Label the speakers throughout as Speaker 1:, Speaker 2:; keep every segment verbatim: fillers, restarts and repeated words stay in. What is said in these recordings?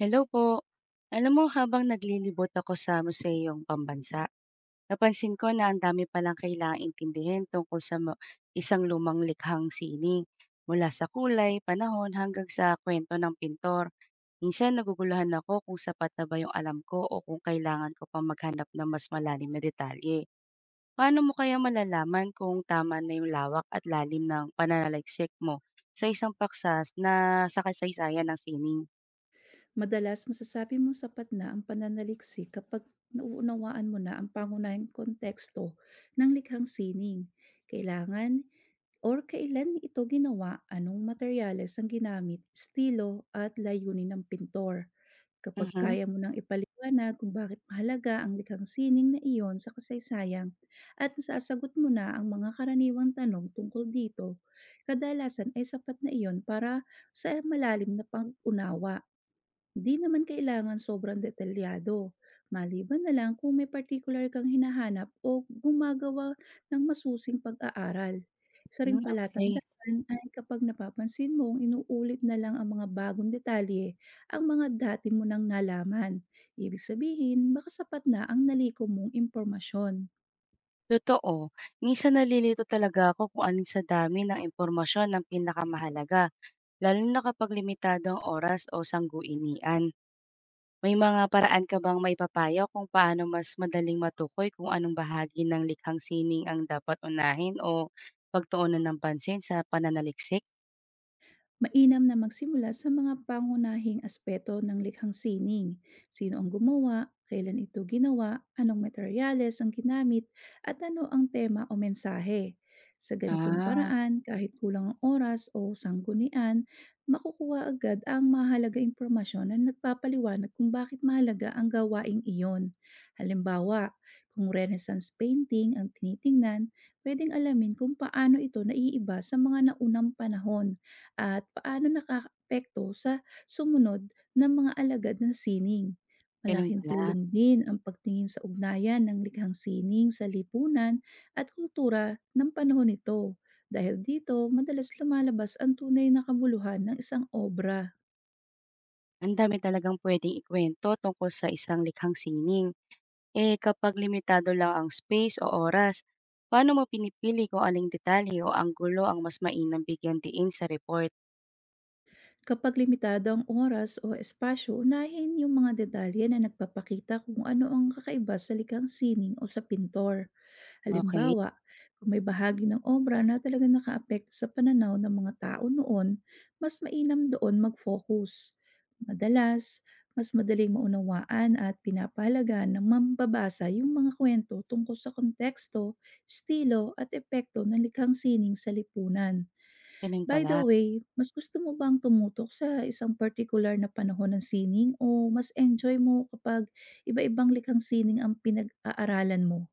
Speaker 1: Hello po. Alam mo, habang naglilibot ako sa museyong pambansa, napansin ko na ang dami palang kailangang intindihin tungkol sa mu- isang lumang likhang sining. Mula sa kulay, panahon, hanggang sa kwento ng pintor. Minsan naguguluhan ako kung sapat na ba yung alam ko o kung kailangan ko pa maghanap ng mas malalim na detalye. Paano mo kaya malalaman kung tama na yung lawak at lalim ng pananaliksik mo sa isang paksas na sa kasaysayan ng sining?
Speaker 2: Madalas masasabi mong sapat na ang pananaliksik kapag nauunawaan mo na ang pangunahing konteksto ng likhang sining. Kailangan or kailan ito ginawa, anong materyales ang ginamit, estilo at layunin ng pintor. Kapag
Speaker 1: Mhm.
Speaker 2: kaya mo nang ipaliwanag kung bakit mahalaga ang likhang sining na iyon sa kasaysayan at nasasagot mo na ang mga karaniwang tanong tungkol dito, kadalasan ay sapat na iyon para sa malalim na pag-unawa. Di naman kailangan sobrang detalyado, maliban na lang kung may particular kang hinahanap o gumagawa ng masusing pag-aaral. Isa ring
Speaker 1: Hmm, okay.
Speaker 2: palatandaan ay kapag napapansin mong inuulit na lang ang mga bagong detalye ang mga dati mo nang nalaman. Ibig sabihin, baka sapat na ang naliko mong impormasyon.
Speaker 1: Totoo, minsan nalilito talaga ako kung alin sa dami ng impormasyon ang pinakamahalaga, lalo na kapag limitado ang oras o sangguinian. May mga paraan ka bang maipapayo kung paano mas madaling matukoy kung anong bahagi ng likhang sining ang dapat unahin o pagtuunan ng pansin sa pananaliksik?
Speaker 2: Mainam na magsimula sa mga pangunahing aspeto ng likhang sining. Sino ang gumawa, kailan ito ginawa, anong materyales ang ginamit, at ano ang tema o mensahe. Sa ganitong
Speaker 1: Ah,
Speaker 2: paraan, kahit kulang ang oras o sanggunian, makukuha agad ang mahalaga impormasyon na nagpapaliwanag kung bakit mahalaga ang gawaing iyon. Halimbawa, kung Renaissance painting ang tinitingnan, pwedeng alamin kung paano ito naiiba sa mga naunang panahon at paano nakakaapekto sa sumunod ng mga alagad ng sining.
Speaker 1: gano'n
Speaker 2: Malaking
Speaker 1: pala.
Speaker 2: tulong din ang pagtingin sa ugnayan ng likhang sining sa lipunan at kultura ng panahon nito. Dahil dito, madalas lumalabas ang tunay na kabuluhan ng isang obra.
Speaker 1: Ang dami talagang pwedeng ikuwento tungkol sa isang likhang sining. Eh, kapag limitado lang ang space o oras, paano mo pinipili kung aling detalye o anggulo ang mas mainam bigyang diin sa report?
Speaker 2: Kapag limitado ang oras o espasyo, unahin yung mga detalye na nagpapakita kung ano ang kakaiba sa likhang sining o sa pintor.
Speaker 1: Okay.
Speaker 2: Halimbawa, kung may bahagi ng obra na talagang nakaapekto sa pananaw ng mga tao noon, mas mainam doon mag-focus. Madalas, mas madaling maunawaan at pinapahalagaan ng mambabasa yung mga kwento tungkol sa konteksto, estilo at epekto ng likhang sining sa lipunan.
Speaker 1: Ganun
Speaker 2: By the
Speaker 1: pala.
Speaker 2: way, mas gusto mo bang tumutok sa isang particular na panahon ng sining o mas enjoy mo kapag iba-ibang likhang sining ang pinag-aaralan mo?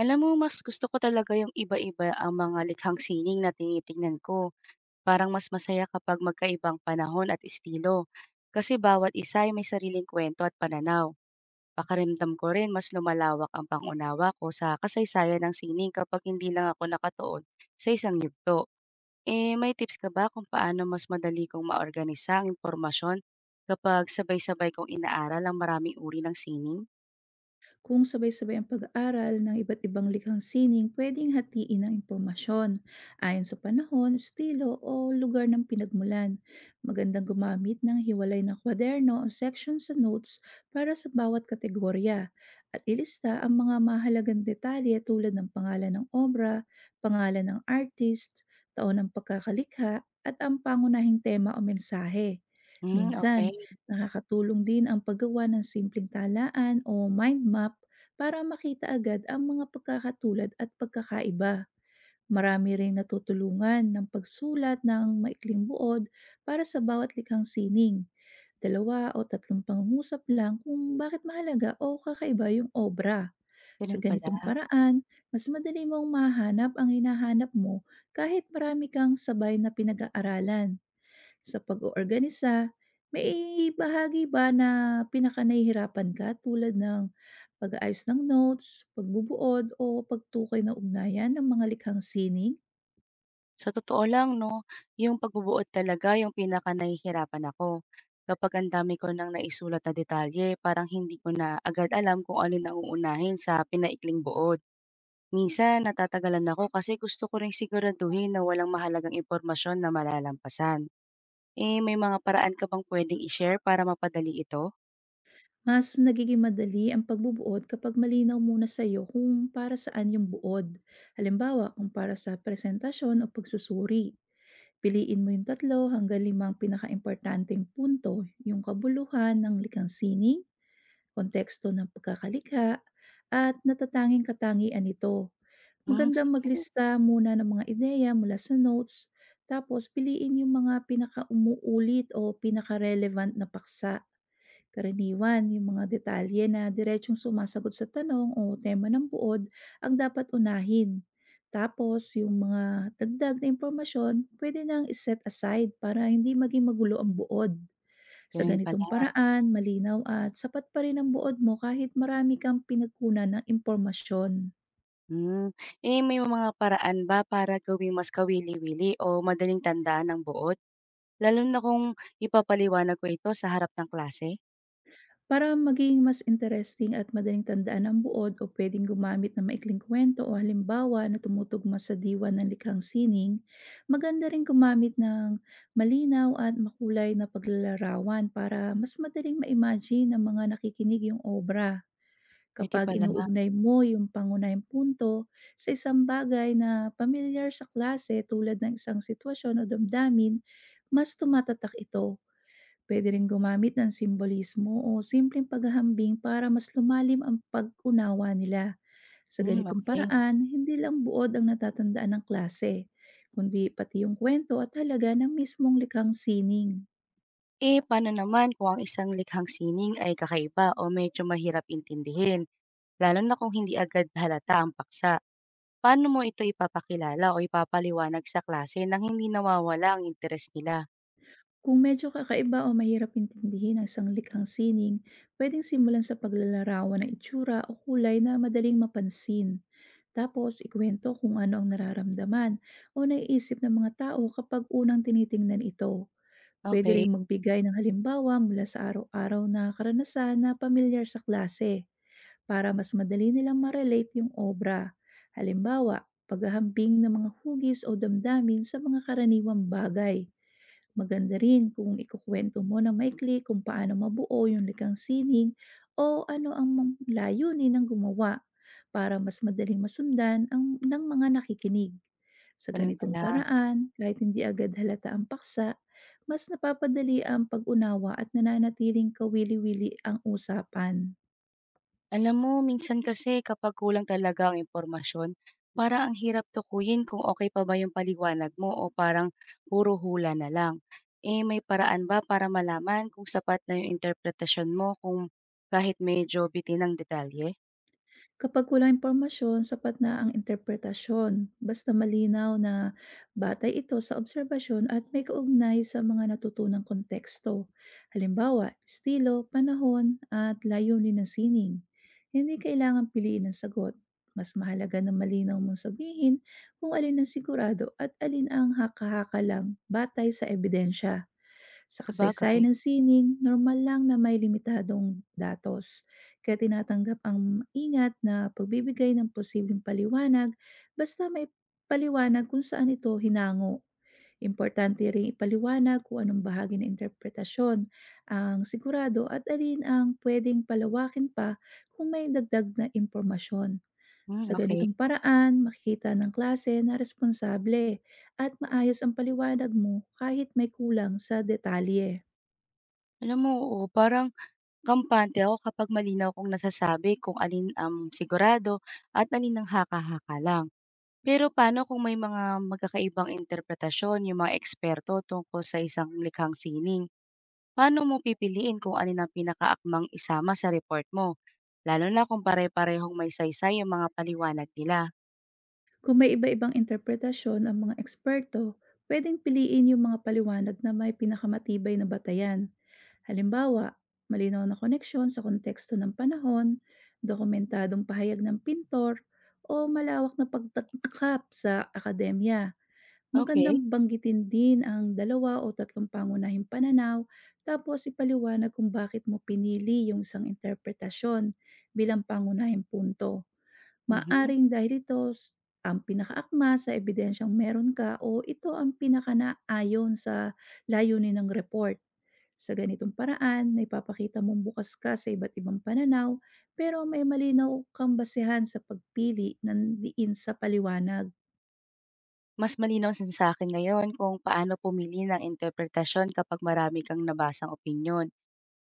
Speaker 1: Alam mo, mas gusto ko talaga yung iba-iba ang mga likhang sining na tinitingnan ko. Parang mas masaya kapag magkaibang panahon at estilo. Kasi bawat isa ay may sariling kwento at pananaw. Pakaramdam ko rin mas lumalawak ang pangunawa ko sa kasaysayan ng sining kapag hindi lang ako nakatuon sa isang yugto. Eh, may tips ka ba kung paano mas madali kong maorganisa ang impormasyon kapag sabay-sabay kong inaaral ang maraming uri ng sining?
Speaker 2: Kung sabay-sabay ang pag-aaral ng iba't ibang likhang sining, pwedeng hatiin ang impormasyon ayon sa panahon, estilo o lugar ng pinagmulan. Magandang gumamit ng hiwalay na kwaderno o section sa notes para sa bawat kategorya at ilista ang mga mahalagang detalye tulad ng pangalan ng obra, pangalan ng artist, taon ng pagkakalikha at ang pangunahing tema o mensahe.
Speaker 1: Hmm,
Speaker 2: Minsan,
Speaker 1: okey.
Speaker 2: nakakatulong din ang paggawa ng simpleng talaan o mind map para makita agad ang mga pagkakatulad at pagkakaiba. Marami ring natutulungan ng pagsulat ng maikling buod para sa bawat likhang sining. Dalawa o tatlong pangungusap lang kung bakit mahalaga o kakaiba yung obra. Sa
Speaker 1: Gano'n pala.
Speaker 2: ganitong paraan, mas madali mong mahanap ang hinahanap mo kahit marami kang sabay na pinag-aaralan. Sa pag-oorganisa, may bahagi ba na pinakanahihirapan ka tulad ng pag-aayos ng notes, pagbubuod o pagtukoy na ugnayan ng mga likhang sining?
Speaker 1: Sa totoo lang 'no, yung pagbubuod talaga yung pinakanahihirapan ako. Kapag ang dami ko ng naisulat na detalye, parang hindi ko na agad alam kung alin ang uunahin sa pinaikling buod. Minsan natatagalan ako kasi gusto ko ring siguraduhin na walang mahalagang impormasyon na malalampasan. Eh, may mga paraan ka bang puwedeng i-share para mapadali ito?
Speaker 2: Mas nagiging madali ang pagbubuod kapag malinaw muna sa iyo kung para saan yung buod. Halimbawa, kung para sa presentasyon o pagsusuri. Piliin mo yung tatlo hanggang limang pinakaimportanteng punto, yung kabuluhan ng likhang sining, konteksto ng pagkakalikha, at natatanging katangian nito.
Speaker 1: Hmm,
Speaker 2: Magandang
Speaker 1: sige.
Speaker 2: maglista muna ng mga ideya mula sa notes, tapos piliin yung mga pinakaumuulit o pinaka-relevant na paksa. Karaniwan, yung mga detalye na diretsyong sumasagot sa tanong o tema ng buod ang dapat unahin. Tapos, yung mga dagdag na impormasyon, pwede nang iset aside para hindi maging magulo ang buod. Sa
Speaker 1: Gano'n
Speaker 2: ganitong
Speaker 1: pala.
Speaker 2: paraan, malinaw at sapat pa rin ang buod mo kahit marami kang pinagkunan ng impormasyon.
Speaker 1: Hmm, eh, may mga paraan ba para gawing mas kawili-wili o madaling tandaan ang buod? Lalo na kung ipapaliwanag ko ito sa harap ng klase?
Speaker 2: Para maging mas interesting at madaling tandaan ang buod o pwedeng gumamit ng maikling kwento o halimbawa na tumutugma sa diwa ng likhang sining, maganda rin gumamit ng malinaw at makulay na paglalarawan para mas madaling ma-imagine ng mga nakikinig yung obra.
Speaker 1: Puwede
Speaker 2: Kapag
Speaker 1: pala.
Speaker 2: inuugnay mo yung pangunahing punto sa isang bagay na pamilyar sa klase tulad ng isang sitwasyon o damdamin, mas tumatatak ito. Pwede rin gumamit ng simbolismo o simpleng paghahambing para mas lumalim ang pag-unawa nila. Sa
Speaker 1: Hmm,
Speaker 2: ganitong
Speaker 1: okay.
Speaker 2: paraan, hindi lang buod ang natatandaan ng klase, kundi pati yung kwento at halaga ng mismong likhang sining.
Speaker 1: Eh, paano naman kung ang isang likhang sining ay kakaiba o medyo mahirap intindihin, lalo na kung hindi agad halata ang paksa? Paano mo ito ipapakilala o ipapaliwanag sa klase nang hindi nawawala ang interes nila?
Speaker 2: Kung medyo kakaiba o mahirap intindihin ang sanglikhang sining, pwedeng simulan sa paglalarawan ng itsura o kulay na madaling mapansin. Tapos, ikwento kung ano ang nararamdaman o naiisip ng mga tao kapag unang tinitingnan ito. Pwede
Speaker 1: Okay.
Speaker 2: rin magbigay ng halimbawa mula sa araw-araw na karanasan na pamilyar sa klase para mas madali nilang ma-relate yung obra. Halimbawa, paghahambing ng mga hugis o damdamin sa mga karaniwang bagay. Maganda rin kung ikukwento mo na maikli kung paano mabuo yung likhang sining o ano ang mang- layunin ng gumawa para mas madaling masundan ang, ng mga nakikinig. Sa
Speaker 1: Ganun
Speaker 2: ganitong
Speaker 1: pala.
Speaker 2: paraan, kahit hindi agad halata ang paksa, mas napapadali ang pag-unawa at nananatiling kawili-wili ang usapan.
Speaker 1: Alam mo minsan kasi kapag kulang talaga ang impormasyon, parang ang hirap tukuyin kung okay pa ba yung paliwanag mo o parang puro hula na lang. Eh, may paraan ba para malaman kung sapat na yung interpretasyon mo kung kahit medyo bitin ang detalye?
Speaker 2: Kapag kulang impormasyon, sapat na ang interpretasyon, basta malinaw na batay ito sa obserbasyon at may kaugnay sa mga natutunang konteksto. Halimbawa, estilo, panahon, at layunin ng sining. Hindi kailangan piliin ang sagot. Mas mahalaga na malinaw mong sabihin kung alin ang sigurado at alin ang haka-haka lang batay sa ebidensya. Sa kasaysayan
Speaker 1: Sabagay,
Speaker 2: ng sining, normal lang na may limitadong datos, kaya tinatanggap ang ingat na pagbibigay ng posibleng paliwanag basta may paliwanag kung saan ito hinango. Importante rin ipaliwanag kung anong bahagi ng interpretasyon ang sigurado at alin ang pwedeng palawakin pa kung may dagdag na impormasyon. Sa
Speaker 1: hmm, okay.
Speaker 2: ganitong paraan, makikita ng klase na responsable at maayos ang paliwanag mo kahit may kulang sa detalye.
Speaker 1: Alam mo, oo, parang kampante ako kapag malinaw kong nasasabi kung alin ang sigurado at alin ang haka-haka lang. Pero paano kung may mga magkakaibang interpretasyon yung mga eksperto tungkol sa isang likhang sining? Paano mo pipiliin kung alin ang pinakaakmang isama sa report mo? Lalo na kung pare-parehong may saysay yung mga paliwanag nila.
Speaker 2: Kung may iba-ibang interpretasyon ang mga eksperto, pwedeng piliin yung mga paliwanag na may pinakamatibay na batayan. Halimbawa, malinaw na koneksyon sa konteksto ng panahon, dokumentadong pahayag ng pintor, o malawak na pagtatakap sa akademya.
Speaker 1: Okay.
Speaker 2: Magandang banggitin din ang dalawa o tatlong pangunahing pananaw tapos ipaliwanag kung bakit mo pinili yung isang interpretasyon bilang pangunahing punto
Speaker 1: Mhm.
Speaker 2: maaring dahil ito s ang pinakaakma sa ebidensyang meron ka o ito ang pinakanaayon sa layunin ng report. Sa ganitong paraan, naipapakita mong bukas ka sa iba't ibang pananaw pero may malinaw kang basehan sa pagpili ng diin sa paliwanag.
Speaker 1: Mas malinaw sa sa akin ngayon kung paano pumili ng interpretasyon kapag marami kang nabasang opinyon.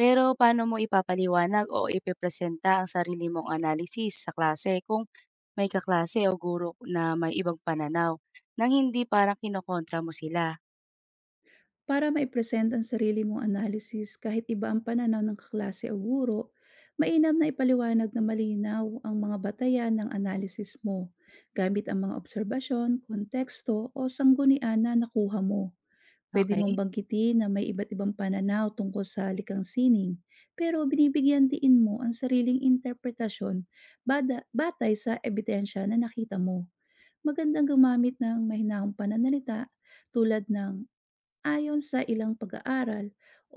Speaker 1: Pero paano mo ipapaliwanag o ipepresenta ang sarili mong analysis sa klase kung may kaklase o guro na may ibang pananaw nang hindi parang kinokontra mo sila?
Speaker 2: Para maipresent ang sarili mong analysis kahit iba ang pananaw ng kaklase o guro, mainam na ipaliwanag na malinaw ang mga batayan ng analysis mo gamit ang mga obserbasyon, konteksto o sanggunian na nakuha mo. Pwede mong
Speaker 1: Okay.
Speaker 2: banggitin na may iba't ibang pananaw tungkol sa likang sining, pero binibigyan diin mo ang sariling interpretasyon bada, batay sa ebidensya na nakita mo. Magandang gumamit ng mahinahong pananalita tulad ng ayon sa ilang pag-aaral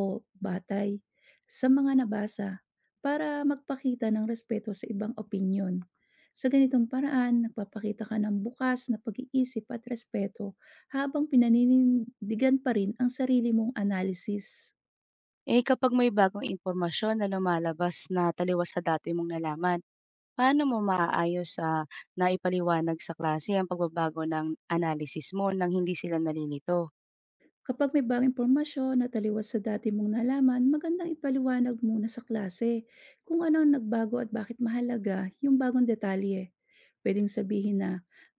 Speaker 2: o batay sa mga nabasa para magpakita ng respeto sa ibang opinyon. Sa ganitong paraan, nagpapakita ka ng bukas na pag-iisip at respeto habang pinaninindigan pa rin ang sarili mong analysis.
Speaker 1: Eh, kapag may bagong impormasyon na lumalabas na taliwas sa dati mong nalaman, paano mo maaayos, sa na ipaliwanag sa klase ang pagbabago ng analysis mo nang hindi sila nalilito?
Speaker 2: Kapag may bagong impormasyon na taliwas sa dati mong nalaman, magandang ipaliwanag muna sa klase kung ano ang nagbago at bakit mahalaga yung bagong detalye. Pwedeng sabihin na,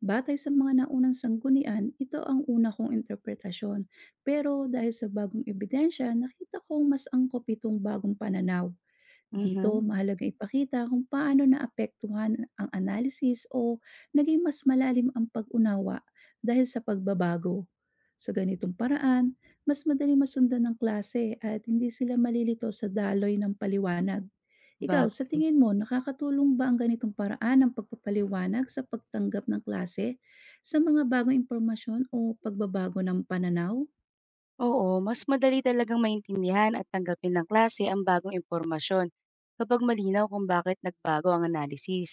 Speaker 2: batay sa mga naunang sanggunian, ito ang una kong interpretasyon. Pero dahil sa bagong ebidensya, nakita kong mas angkop itong bagong pananaw. Dito,
Speaker 1: Mhm,
Speaker 2: mahalagang ipakita kung paano naapektuhan ang analysis o naging mas malalim ang pag-unawa dahil sa pagbabago. Sa ganitong paraan, mas madaling masundan ng klase at hindi sila malilito sa daloy ng paliwanag. Ikaw, sa
Speaker 1: bagay.
Speaker 2: tingin mo, nakakatulong ba ang ganitong paraan ng pagpapaliwanag sa pagtanggap ng klase sa mga bagong impormasyon o pagbabago ng pananaw?
Speaker 1: Oo, mas madali talagang maintindihan at tanggapin ng klase ang bagong impormasyon kapag malinaw kung bakit nagbago ang analysis.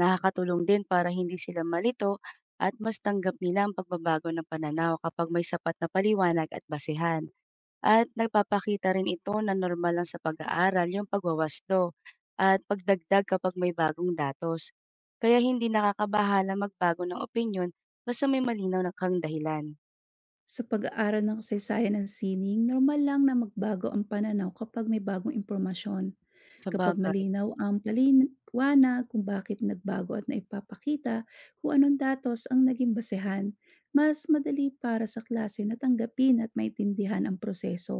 Speaker 1: Nakakatulong din para hindi sila malito at mas tanggap nila ang pagbabago ng pananaw kapag may sapat na paliwanag at basehan. At nagpapakita rin ito na normal lang sa pag-aaral yung pagwawasto at pagdagdag kapag may bagong datos. Kaya hindi nakakabahala magbago ng opinyon basta may malinaw na kang dahilan.
Speaker 2: Sa pag-aaral ng kasaysayan ng sining, normal lang na magbago ang pananaw kapag may bagong impormasyon.
Speaker 1: Sa
Speaker 2: Kapag
Speaker 1: bagay,
Speaker 2: malinaw ang paliwanag kung bakit nagbago at naipapakita kung anong datos ang naging basehan, mas madali para sa klase na tanggapin at maintindihan ang proseso.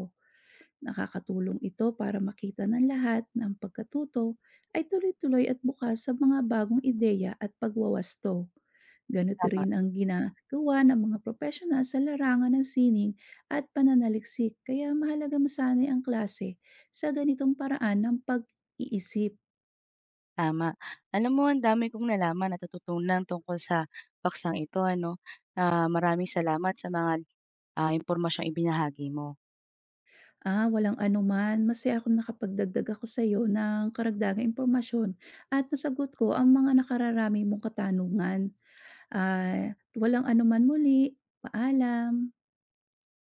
Speaker 2: Nakakatulong ito para makita ng lahat na ang pagkatuto ay tuloy-tuloy at bukas sa mga bagong ideya at pagwawasto. Ganito
Speaker 1: tama.
Speaker 2: rin ang ginagawa ng mga profesional sa larangan ng sining at pananaliksik kaya mahalaga masanay ang klase sa ganitong paraan ng pag-iisip.
Speaker 1: Tama. Alam mo ang dami kong nalaman, at natututunan tungkol sa paksang ito ano. Ah, maraming salamat sa mga, ah, impormasyong ibinahagi mo.
Speaker 2: Ah, walang anuman. Masaya akong nakapagdagdag ako sa iyo ng karagdagang impormasyon at nasagot ko ang mga nakararami mong katanungan. Ah, walang anuman muli. Paalam.